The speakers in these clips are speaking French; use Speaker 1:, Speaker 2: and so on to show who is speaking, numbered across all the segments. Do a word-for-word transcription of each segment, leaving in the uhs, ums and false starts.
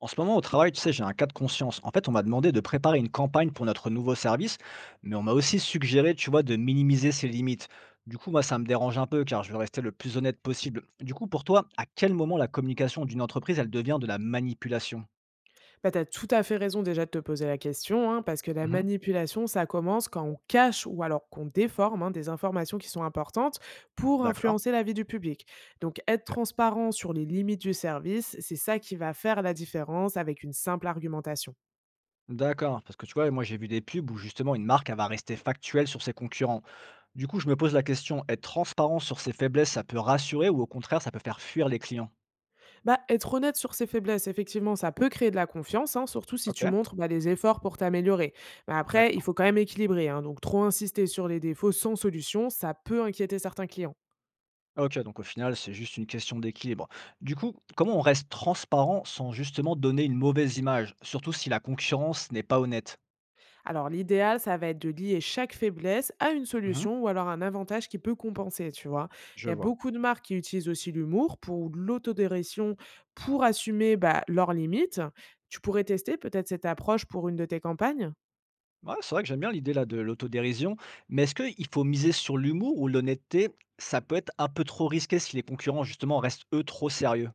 Speaker 1: En ce moment, au travail, tu sais, j'ai un cas de conscience. En fait, on m'a demandé de préparer une campagne pour notre nouveau service, mais on m'a aussi suggéré, tu vois, de minimiser ses limites. Du coup, moi, ça me dérange un peu car je veux rester le plus honnête possible. Du coup, pour toi, à quel moment la communication d'une entreprise, elle devient de la manipulation?
Speaker 2: Bah, tu as tout à fait raison déjà de te poser la question, hein, parce que la
Speaker 1: Mhm.
Speaker 2: manipulation, ça commence quand on cache ou alors qu'on déforme hein, des informations qui sont importantes pour
Speaker 1: D'accord.
Speaker 2: influencer la vie du public. Donc être
Speaker 1: Ok.
Speaker 2: transparent sur les limites du service, c'est ça qui va faire la différence avec une simple argumentation.
Speaker 1: D'accord, parce que tu vois, moi j'ai vu des pubs où justement une marque elle va rester factuelle sur ses concurrents. Du coup, je me pose la question, être transparent sur ses faiblesses, ça peut rassurer ou au contraire, ça peut faire fuir les clients?
Speaker 2: Bah, être honnête sur ses faiblesses, effectivement, ça peut créer de la confiance, hein, surtout si
Speaker 1: Ok,
Speaker 2: tu montres bah, des efforts pour t'améliorer. Mais après, il
Speaker 1: d'accord.
Speaker 2: faut quand même équilibrer, hein, donc trop insister sur les défauts sans solution, ça peut inquiéter certains clients.
Speaker 1: OK, donc au final, c'est juste une question d'équilibre. Du coup, comment on reste transparent sans justement donner une mauvaise image, surtout si la concurrence n'est pas honnête?
Speaker 2: Alors l'idéal, ça va être de lier chaque faiblesse à une
Speaker 1: Mhm,
Speaker 2: solution ou alors un avantage qui peut compenser, tu vois.
Speaker 1: je
Speaker 2: Il y a
Speaker 1: vois.
Speaker 2: beaucoup de marques qui utilisent aussi l'humour pour l'autodéression, pour assumer bah, leurs limites. Tu pourrais tester peut-être cette approche pour une de tes campagnes.
Speaker 1: Ouais, c'est vrai que j'aime bien l'idée là de l'autodérision, mais est-ce qu'il faut miser sur l'humour ou l'honnêteté? Ça peut être un peu trop risqué si les concurrents justement restent eux trop sérieux.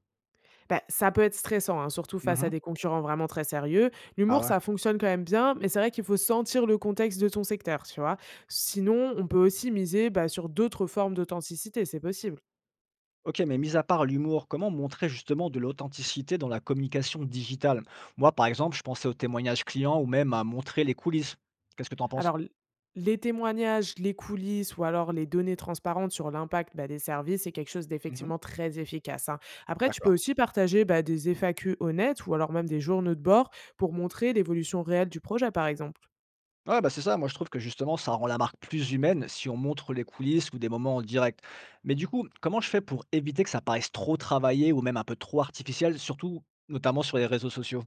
Speaker 2: Bah, ça peut être stressant, hein, surtout face à
Speaker 1: Mhm.
Speaker 2: des concurrents vraiment très sérieux.
Speaker 1: Ah
Speaker 2: L'humour,
Speaker 1: ouais.
Speaker 2: ça fonctionne quand même bien, mais c'est vrai qu'il faut sentir le contexte de ton secteur, tu vois. Sinon, on peut aussi miser bah, sur d'autres formes d'authenticité, c'est possible.
Speaker 1: Ok, mais mis à part l'humour, comment montrer justement de l'authenticité dans la communication digitale? Moi, par exemple, je pensais aux témoignages clients ou même à montrer les coulisses. Qu'est-ce que tu en penses?
Speaker 2: Alors, l Les témoignages, les coulisses ou alors les données transparentes sur l'impact, bah, des services, c'est quelque chose
Speaker 1: Mhm.
Speaker 2: d'effectivement très efficace, hein. Après, tu peux
Speaker 1: D'accord.
Speaker 2: aussi partager, bah, des F A Q honnêtes ou alors même des journaux de bord pour montrer l'évolution réelle du projet, par exemple.
Speaker 1: Ouais, bah, c'est ça. Moi, je trouve que justement, ça rend la marque plus humaine si on montre les coulisses ou des moments en direct. Mais du coup, comment je fais pour éviter que ça paraisse trop travaillé ou même un peu trop artificiel, surtout notamment sur les réseaux sociaux?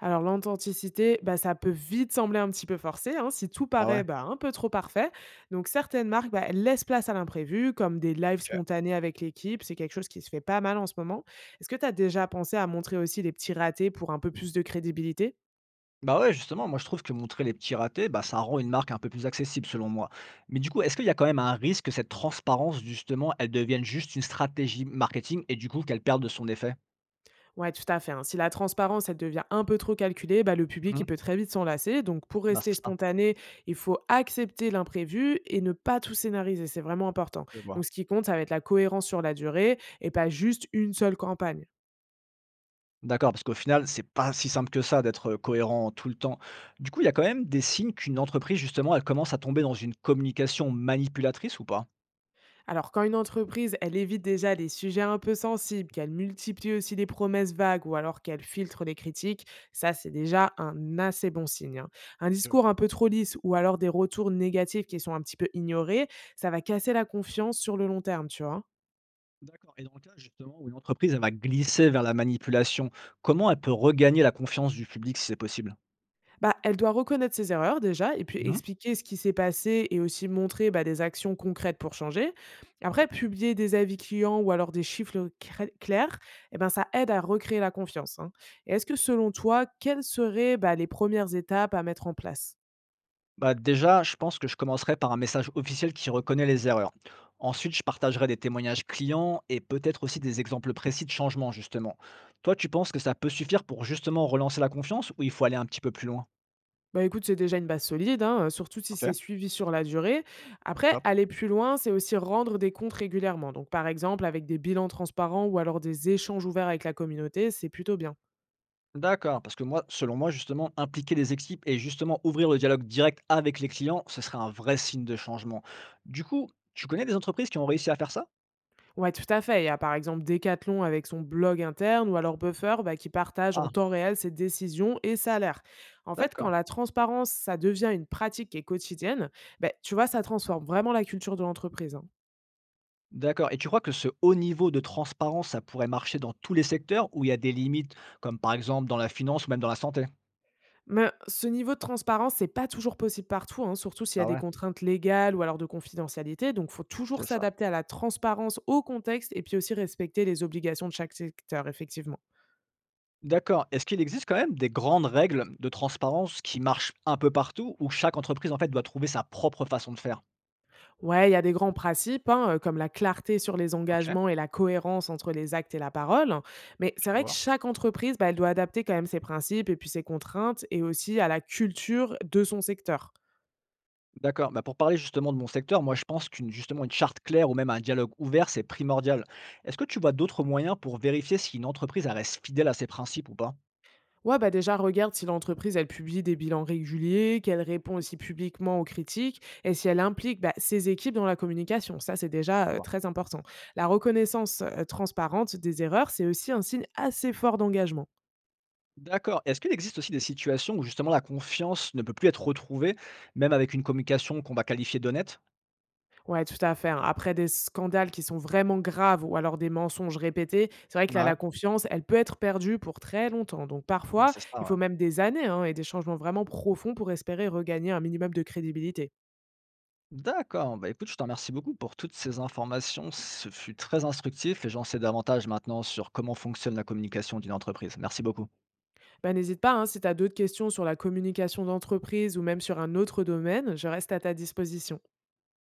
Speaker 2: Alors, l'authenticité, bah, ça peut vite sembler un petit peu forcé, hein, si tout
Speaker 1: Bah ouais.
Speaker 2: paraît, bah, un peu trop parfait. Donc, certaines marques, bah, elles laissent place à l'imprévu, comme des lives
Speaker 1: OK.
Speaker 2: spontanés avec l'équipe. C'est quelque chose qui se fait pas mal en ce moment. Est-ce que tu as déjà pensé à montrer aussi les petits ratés pour un peu plus de crédibilité?
Speaker 1: Bah ouais, justement, moi je trouve que montrer les petits ratés, bah ça rend une marque un peu plus accessible selon moi. Mais du coup, est-ce qu'il y a quand même un risque que cette transparence, justement, elle devienne juste une stratégie marketing et du coup qu'elle perde de son effet?
Speaker 2: Ouais, tout à fait, hein. Si la transparence, elle devient un peu trop calculée, bah, le public,
Speaker 1: Mmh.
Speaker 2: il peut très vite s'en lasser. Donc, pour
Speaker 1: Bah c'est
Speaker 2: rester
Speaker 1: ça,
Speaker 2: spontané, il faut accepter l'imprévu et ne pas tout scénariser. C'est vraiment important.
Speaker 1: je vois.
Speaker 2: Donc, ce qui compte, ça va être la cohérence sur la durée et pas juste une seule campagne.
Speaker 1: D'accord, parce qu'au final, c'est pas si simple que ça d'être cohérent tout le temps. Du coup, il y a quand même des signes qu'une entreprise justement, elle commence à tomber dans une communication manipulatrice ou pas?
Speaker 2: Alors, quand une entreprise, elle évite déjà les sujets un peu sensibles, qu'elle multiplie aussi les promesses vagues ou alors qu'elle filtre les critiques, ça, c'est déjà un assez bon signe, hein. Un
Speaker 1: Je
Speaker 2: discours
Speaker 1: vois.
Speaker 2: un peu trop lisse ou alors des retours négatifs qui sont un petit peu ignorés, ça va casser la confiance sur le long terme, tu vois.
Speaker 1: D'accord, et dans le cas justement où une entreprise, elle va glisser vers la manipulation, comment elle peut regagner la confiance du public si c'est possible?
Speaker 2: Bah, elle doit reconnaître ses erreurs déjà et puis
Speaker 1: Mmh.
Speaker 2: expliquer ce qui s'est passé et aussi montrer, bah, des actions concrètes pour changer. Après, publier des avis clients ou alors des chiffres crè- clairs, eh ben, ça aide à recréer la confiance, hein. Et est-ce que selon toi, quelles seraient bah, les premières étapes à mettre en place?
Speaker 1: Bah, déjà, je pense que je commencerai par un message officiel qui reconnaît les erreurs. Ensuite, je partagerai des témoignages clients et peut-être aussi des exemples précis de changements justement. Toi, tu penses que ça peut suffire pour justement relancer la confiance ou il faut aller un petit peu plus loin?
Speaker 2: Bah écoute, c'est déjà une base solide, hein, euh, surtout si c'est
Speaker 1: OK,
Speaker 2: suivi sur la durée. Après,
Speaker 1: top.
Speaker 2: aller plus loin, c'est aussi rendre des comptes régulièrement. Donc, par exemple, avec des bilans transparents ou alors des échanges ouverts avec la communauté, c'est plutôt bien.
Speaker 1: D'accord, parce que moi, selon moi, justement, impliquer les équipes et justement ouvrir le dialogue direct avec les clients, ce serait un vrai signe de changement. Du coup, tu connais des entreprises qui ont réussi à faire ça?
Speaker 2: Ouais, tout à fait. Il y a par exemple Decathlon avec son blog interne ou alors Buffer bah, qui partage en
Speaker 1: Ah,
Speaker 2: temps réel ses décisions et salaires. En fait, quand
Speaker 1: d'accord.
Speaker 2: la transparence, ça devient une pratique qui est quotidienne, bah, tu vois, ça transforme vraiment la culture de l'entreprise, hein.
Speaker 1: D'accord. Et tu crois que ce haut niveau de transparence, ça pourrait marcher dans tous les secteurs où il y a des limites, comme par exemple dans la finance ou même dans la santé?
Speaker 2: Mais ce niveau de transparence, c'est pas toujours possible partout, hein, surtout s'il y
Speaker 1: Ah
Speaker 2: a des
Speaker 1: ouais,
Speaker 2: contraintes légales ou alors de confidentialité. Donc, faut toujours
Speaker 1: c'est ça.
Speaker 2: s'adapter à la transparence au contexte et puis aussi respecter les obligations de chaque secteur, effectivement.
Speaker 1: D'accord. Est-ce qu'il existe quand même des grandes règles de transparence qui marchent un peu partout, où chaque entreprise, en fait, doit trouver sa propre façon de faire?
Speaker 2: Ouais, il y a des grands principes, hein, euh, comme la clarté sur les
Speaker 1: OK,
Speaker 2: engagements et la cohérence entre les actes et la parole. Mais
Speaker 1: je
Speaker 2: c'est vrai que
Speaker 1: vois.
Speaker 2: chaque entreprise, bah, elle doit adapter quand même ses principes et puis ses contraintes et aussi à la culture de son secteur.
Speaker 1: D'accord, bah, pour parler justement de mon secteur, moi je pense qu'une justement une charte claire ou même un dialogue ouvert, c'est primordial. Est-ce que tu vois d'autres moyens pour vérifier si une entreprise elle reste fidèle à ses principes ou pas?
Speaker 2: Ouais, bah déjà, regarde si l'entreprise, elle publie des bilans réguliers, qu'elle répond
Speaker 1: Hein,
Speaker 2: aussi publiquement aux critiques et si elle implique bah, ses équipes dans la communication. Ça, c'est déjà
Speaker 1: à
Speaker 2: euh,
Speaker 1: voir.
Speaker 2: très important. La reconnaissance euh, transparente des erreurs, c'est aussi un signe assez fort d'engagement.
Speaker 1: D'accord. Est-ce qu'il existe aussi des situations où justement la confiance ne peut plus être retrouvée, même avec une communication qu'on va qualifier d'honnête?
Speaker 2: Ouais, tout à fait, hein. Après des scandales qui sont vraiment graves ou alors des mensonges répétés, c'est vrai que là,
Speaker 1: Ouais,
Speaker 2: la confiance, elle peut être perdue pour très longtemps. Donc
Speaker 1: bah,
Speaker 2: parfois,
Speaker 1: c'est ça,
Speaker 2: il
Speaker 1: ouais.
Speaker 2: faut même des années hein, et des changements vraiment profonds pour espérer regagner un minimum de crédibilité.
Speaker 1: D'accord. Bah écoute, je te remercie beaucoup pour toutes ces informations. Ce fut très instructif et j'en sais davantage maintenant sur comment fonctionne la communication d'une entreprise. Merci beaucoup.
Speaker 2: Ben, n'hésite pas, hein, si tu as d'autres questions sur la communication d'entreprise ou même sur un autre domaine, je reste à ta disposition.